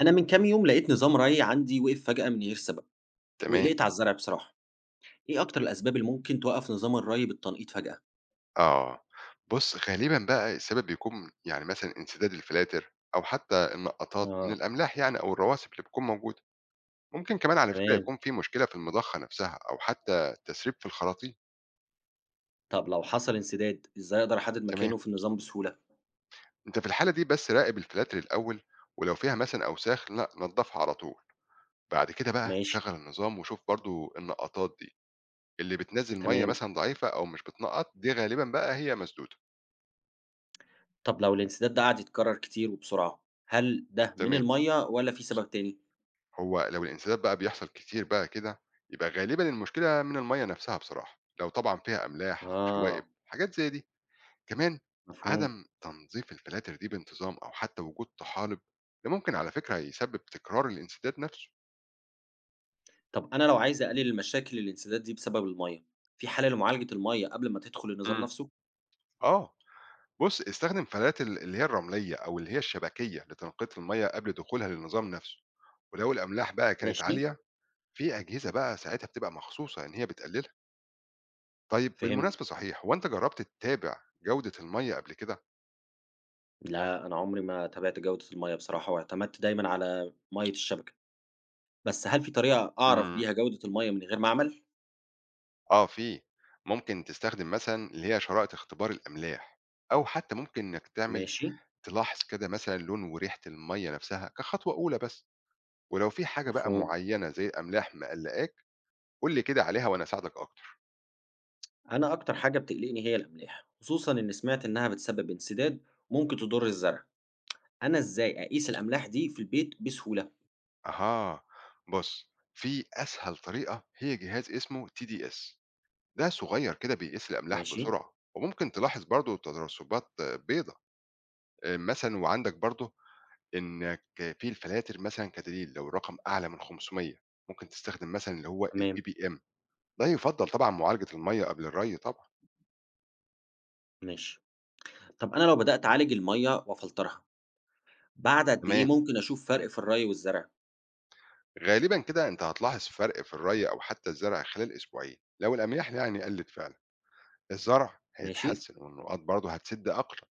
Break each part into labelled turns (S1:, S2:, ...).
S1: أنا من كام يوم لقيت نظام ري عندي وقف فجأة من غير سبب
S2: تمام،
S1: وقلقت على الزرع بصراحة، إيه أكتر الأسباب اللي ممكن توقف نظام الري بالتنقيط فجأة؟
S2: آه. بُص، غالبًا بقى السبب بيكون يعني مثلًا انسداد الفلاتر أو حتى النقّطات من
S1: اه،
S2: الأملاح يعني أو الرواسب اللي بتكون موجودة. ممكن كمان على فكرة
S1: تمام.
S2: يكون في مشكلة في المضخة نفسها أو حتى تسريب في الخراطيم.
S1: طب لو حصل انسداد ازاي اقدر احدد
S2: تمام،
S1: مكانه في النظام بسهولة؟
S2: أنت في الحالة دي بس راقب الفلاتر الأول، ولو فيها مثلًا أوساخ لأ، نضّفها على طول. بعد كده بقى
S1: ماشي،
S2: شغّل النظام وشوف برضه النقّطات دي، اللي بتنزّل مَيّة
S1: تمام.
S2: مثلًا ضعيفة أو مش بتنقّط، دي غالبًا بقى هي مسدودة.
S1: طب لو الانسداد ده قعد يتكرر كتير وبسرعة هل ده من
S2: تمام.
S1: المية ولا في سبب تاني؟
S2: هو لو الانسداد بقى بيحصل كتير بقى كده يبقى غالبا المشكلة من المية نفسها بصراحة لو طبعا فيها أملاح أو شوائب
S1: اه،
S2: حاجات زي دي كمان
S1: مفهوم.
S2: عدم تنظيف الفلاتر دي بانتظام أو حتى وجود طحالب ده ممكن على فكرة يسبب تكرار الانسداد نفسه.
S1: طب انا لو عايز اقلل المشاكل الانسداد دي بسبب المية، في حل لمعالجة المية قبل ما تدخل النظام
S2: امم
S1: نفسه؟
S2: اه، بص استخدم فلاتر اللي هي الرمليه او اللي هي الشبكيه لتنقيه الميه قبل دخولها للنظام نفسه، ولو الاملاح بقى كانت
S1: ماشي،
S2: عاليه في اجهزه بقى ساعتها بتبقى مخصوصه ان هي بتقللها. طيب
S1: فهمت.
S2: بالمناسبة صحيح، هو أنت جرّبت تتابع جودة المَيّة قبل كده؟
S1: لا، أنا عمري ما تابعت جودة المَيّة بصراحة، واعتمدت دايمًا على مَيّة الشبكة، بس هل في طريقة أعرف
S2: إمم.
S1: بيها جودة المَيّة من غير معمل؟
S2: آه في، ممكن تستخدم مثلًا اللي هي شرائط اختبار الأملاح، أو حتى ممكن إنك تعمل
S1: ماشي،
S2: تلاحظ كده مثلًا لون وريحة المَيّة نفسها كخطوة أولى بس، ولو في حاجة بقى
S1: مفهوم.
S2: معيّنة زي الأملاح مقلّقاك قُل لي كده عليها وأنا أساعدك أكتر.
S1: أنا أكتر حاجة بتقلقني هي الأملاح، خصوصًا إني سمعت إنها بتسبب انسداد وممكن تضر الزرع. أنا إزاي أقيس الأملاح دي في البيت بسهولة؟
S2: أها، بُص في أسهل طريقة هي جهاز اسمه TDS، ده صغير كده بيقيس الأملاح
S1: ماشي،
S2: بسرعة، وممكن تلاحظ برضه تدرّسبات بيضا، مثلًا وعندك برضه إنك في الفلاتر مثلًا كدليل، لو الرقم أعلى من 500 ممكن تستخدم مثلًا اللي هو
S1: تمام،
S2: الppm، لا يُفضّل طبعًا معالجة المَيّة قبل الري طبعًا،
S1: ماشي. طب أنا لو بدأت أعالج المَيّة وأفلترها، بعد قد إيه
S2: تمام.
S1: ممكن أشوف فرق في الري والزرع؟
S2: غالبًا كده أنت هتلاحظ فرق في الري أو حتى الزرع خلال أسبوعين، لو الأمياح يعني قلّت فعلًا، الزرع
S1: ماشي،
S2: هيتحسن والنقاط برضه هتسِد أقرب،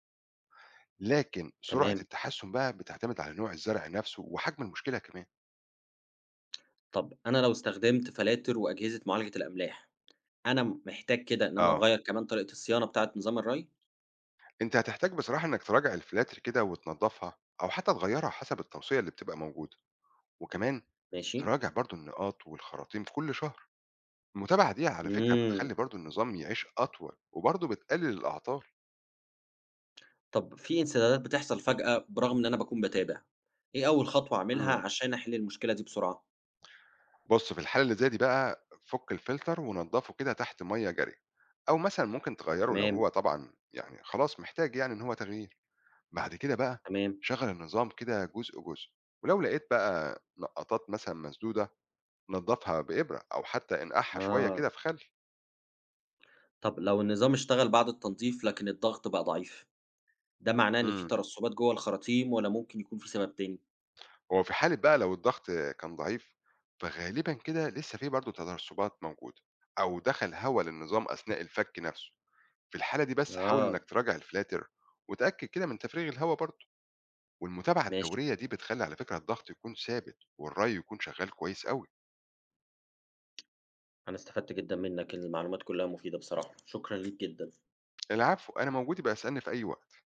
S2: لكن سرعة
S1: تمام.
S2: التحسن بقى بتعتمد على نوع الزرع نفسه وحجم المشكلة كمان.
S1: طب أنا لو استخدمت فلاتر وأجهزة معالجة الأملاح، أنا محتاج كده إن أنا
S2: آه،
S1: أغيّر كمان طريقة الصيانة بتاعة نظام الري؟
S2: أنت هتحتاج بصراحة إنك تراجع الفلاتر كده وتنضّفها أو حتى تغيّرها حسب التوصية اللي بتبقى موجودة، وكمان
S1: ماشي،
S2: تراجع برضه النقاط والخراطيم في كل شهر. المتابعة دي على فكرة
S1: إمم.
S2: بتخلي برضه النظام يعيش أطول وبرضه بتقلل الأعطال.
S1: طب في انسدادات بتحصل فجأة برغم إن أنا باكون باتابع، إيه أول خطوة أعملها
S2: امم
S1: عشان أحل المشكلة دي بسرعة؟
S2: بص في الحالة اللي زي دي بقى فك الفلتر ونضفه كده تحت مية جارية، أو مثلا ممكن تغيره لو
S1: تمام،
S2: هو طبعا يعني خلاص محتاج يعني إن هو تغيير. بعد كده بقى
S1: تمام،
S2: شغل النظام كده جزء جزء، ولو لقيت بقى نقطات مثلا مسدودة نضفها بإبرة أو حتى انقعها شوية
S1: آه.
S2: كده في خل.
S1: طب لو النظام اشتغل بعد التنظيف لكن الضغط بقى ضعيف، ده معناه إن في
S2: مم.
S1: ترسبات جوه الخراطيم والّا ممكن يكون في سبب تاني؟
S2: هو في حالة بقى لو الضغط كان ضعيف فغالبا كده لسه في برضه تسربات موجودة أو دخل هواء للنظام أثناء الفك نفسه، في الحالة دي بس حاول
S1: آه،
S2: إنك تراجع الفلاتر وتأكد كده من تفريغ الهواء برضه، والمتابعة
S1: ماشي،
S2: الدورية دي بتخلي على فكرة الضغط يكون ثابت والري يكون شغال كويس قوي.
S1: أنا استفدت جدًا منك، المعلومات كلها مفيدة بصراحة، شكرًا ليك جدًا.
S2: العفو، أنا موجود، يبقى اسألني في أي وقت.